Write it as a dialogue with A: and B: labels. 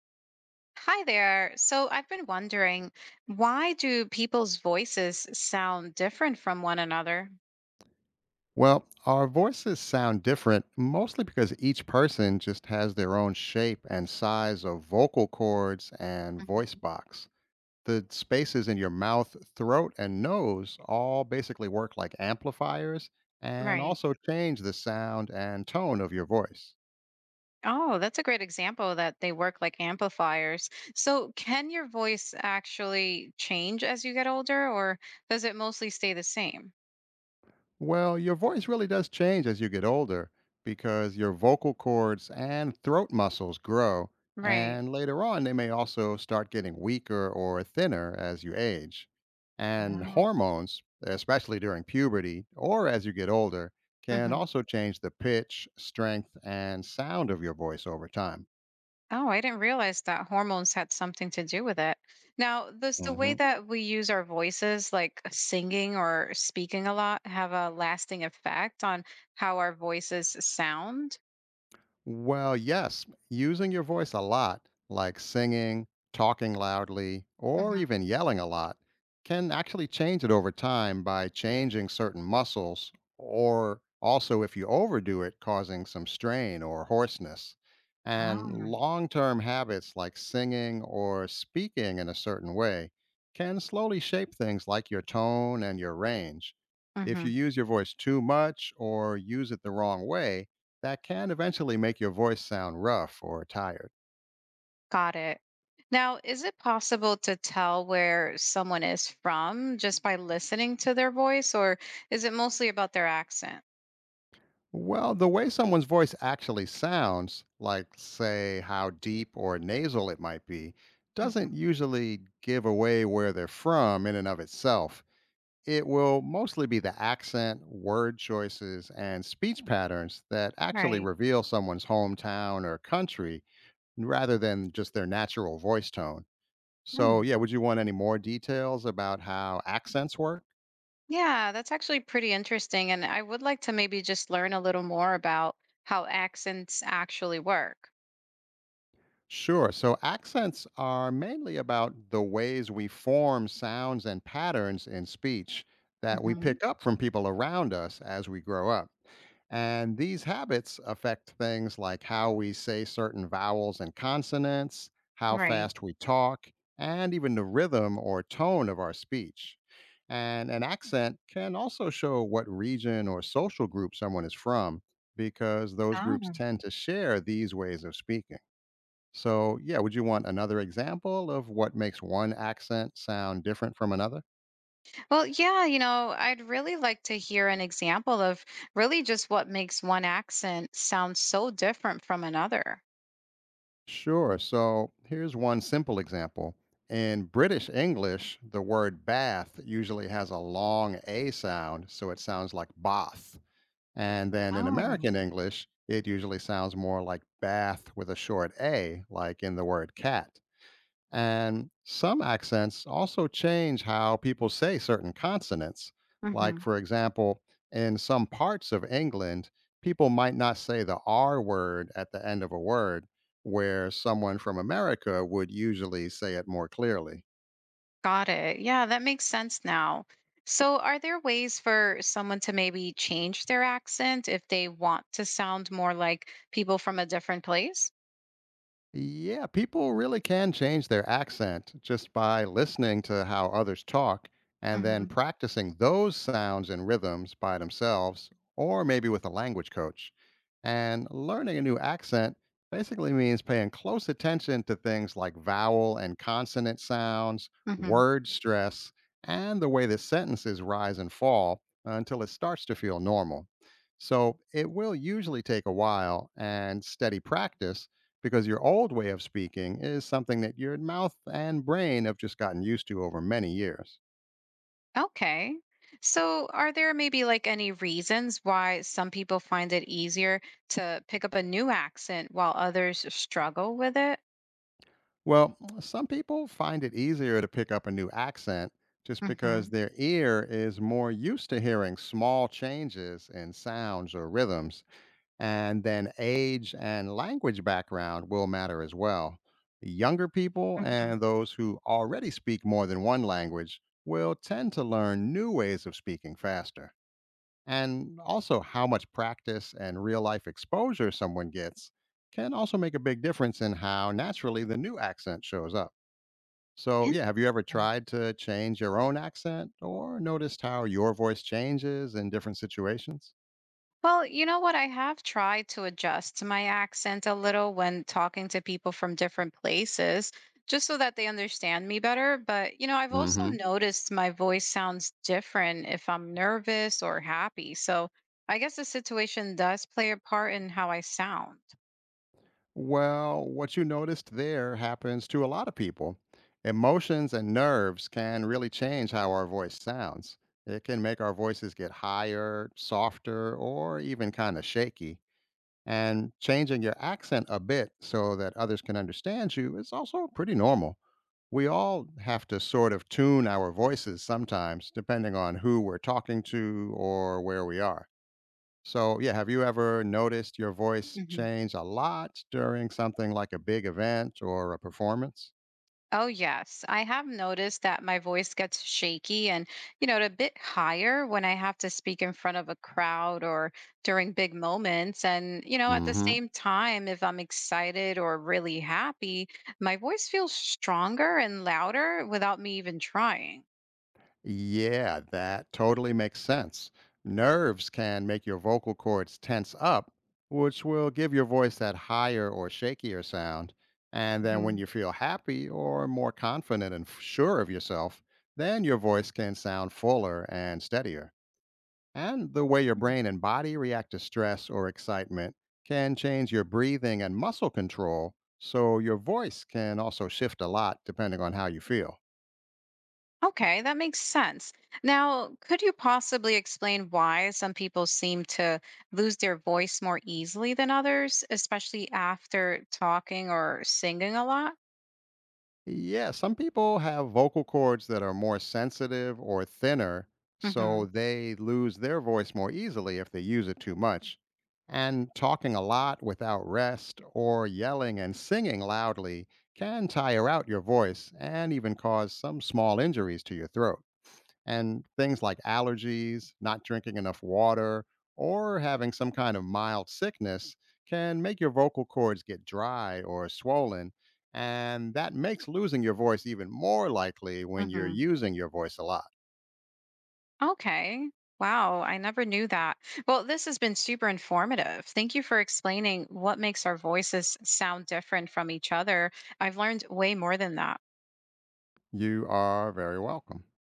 A: Hi there. So I've been wondering, why do people's voices sound different from one another?
B: Well, our voices sound different mostly because each person just has their own shape and size of vocal cords and voice
A: Mhm.
B: box. The spaces in your mouth, throat, and nose all basically work like amplifiers and
A: Right.
B: also change the sound and tone of your voice.
A: Oh, that's a great example that they work like amplifiers. So can your voice actually change as you get older, or does it mostly stay the same?
B: Well, your voice really does change as you get older because your vocal cords and throat muscles grow,
A: Right.
B: and later on, they may also start getting weaker or thinner as you age. And hormones, especially during puberty or as you get older,
A: Ah.
B: can also change the pitch, strength, and sound of your voice over time.
A: Oh, I didn't realize that hormones had something to do with it. Now, does the
B: hmm
A: way that we use our voices, like singing or speaking a lot, have a lasting effect on how our voices sound?
B: Well, yes, using your voice a lot, like singing, talking loudly, or
A: hmm
B: even yelling a lot, can actually change it over time by changing certain muscles, or also if you overdo it, causing some strain or hoarseness. And
A: Oh.
B: long term habits like singing or speaking in a certain way can slowly shape things like your tone and your range. If
A: hmm
B: you use your voice too much or use it the wrong way, that can eventually make your voice sound rough or tired.
A: Got it. Now, is it possible to tell where someone is from just by listening to their voice, or is it mostly about their accent?
B: Well, the way someone's voice actually sounds, like, say, how deep or nasal it might be, doesn't
A: Mhm.
B: usually give away where they're from in and of itself. It will mostly be the accent, word choices, and speech patterns that actually
A: Right.
B: reveal someone's hometown or country rather than just their natural voice tone. So, yeah, would you want any more details about how accents work?
A: Yeah, that's actually pretty interesting. And I would like to maybe just learn a little more about how accents actually work.
B: Sure. So accents are mainly about the ways we form sounds and patterns in speech that we
A: hmm
B: pick up from people around us as we grow up. And these habits affect things like how we say certain vowels and consonants, how
A: Right.
B: fast we talk, and even the rhythm or tone of our speech. And an accent can also show what region or social group someone is from because those groups
A: Oh,
B: tend to share these ways of speaking. So, yeah, would you want another example of what makes one accent sound different from another?
A: well, yeah, I'd really like to hear an example of really just what makes one accent sound so different from another.
B: Sure. So, here's one simple example. In British English, the word bath usually has a long A sound, so it sounds like bath. And then in
A: Oh.
B: American English, it usually sounds more like bath with a short A, like in the word cat. And some accents also change how people say certain consonants. Like,
A: hmm
B: for example, in some parts of England, people might not say the R word at the end of a word, where someone from America would usually say it more clearly.
A: Got it. Yeah, that makes sense now. So, are there ways for someone to maybe change their accent if they want to sound more like people from a different place?
B: Yeah, people really can change their accent just by listening to how others talk and then
A: hmm
B: practicing those sounds and rhythms by themselves or maybe with a language coach. And learning a new accent basically means paying close attention to things like vowel and consonant sounds,
A: hmm
B: word stress, and the way that sentences rise and fall until it starts to feel normal. So it will usually take a while and steady practice because your old way of speaking is something that your mouth and brain have just gotten used to over many years.
A: Okay. So, are there maybe like any reasons why some people find it easier to pick up a new accent while others struggle with it?
B: Well, some people find it easier to pick up a new accent just because
A: hmm
B: their ear is more used to hearing small changes in sounds or rhythms, and then age and language background will matter as well. Younger people
A: hmm
B: and those who already speak more than one language will tend to learn new ways of speaking faster. And also, how much practice and real life exposure someone gets can also make a big difference in how naturally the new accent shows up. So,
A: Interesting.
B: yeah, have you ever tried to change your own accent or noticed how your voice changes in different situations?
A: Well, you know what? I have tried to adjust my accent a little when talking to people from different places, just so that they understand me better. But, I've also
B: Hmm.
A: noticed my voice sounds different if I'm nervous or happy. So I guess the situation does play a part in how I sound.
B: Well, what you noticed there happens to a lot of people. Emotions and nerves can really change how our voice sounds. It can make our voices get higher, softer, or even kind of shaky. And changing your accent a bit so that others can understand you is also pretty normal. We all have to sort of tune our voices sometimes, depending on who we're talking to or where we are. So, yeah, have you ever noticed your voice change a lot during something like a big event or a performance?
A: Oh, yes. I have noticed that my voice gets shaky and, a bit higher when I have to speak in front of a crowd or during big moments. And, at the
B: Mm-hmm.
A: same time, if I'm excited or really happy, my voice feels stronger and louder without me even trying.
B: Yeah, that totally makes sense. Nerves can make your vocal cords tense up, which will give your voice that higher or shakier sound. And then when you feel happy or more confident and sure of yourself, then your voice can sound fuller and steadier. And the way your brain and body react to stress or excitement can change your breathing and muscle control, so your voice can also shift a lot depending on how you feel.
A: Okay, that makes sense. Now, could you possibly explain why some people seem to lose their voice more easily than others, especially after talking or singing a lot?
B: Yeah, some people have vocal cords that are more sensitive or thinner, so
A: hmm
B: they lose their voice more easily if they use it too much. And talking a lot without rest or yelling and singing loudly can tire out your voice and even cause some small injuries to your throat. And things like allergies, not drinking enough water, or having some kind of mild sickness can make your vocal cords get dry or swollen. And that makes losing your voice even more likely when you're
A: hmm
B: using your voice a lot.
A: Okay. Wow, I never knew that. Well, this has been super informative. Thank you for explaining what makes our voices sound different from each other. I've learned way more than that.
B: You are very welcome.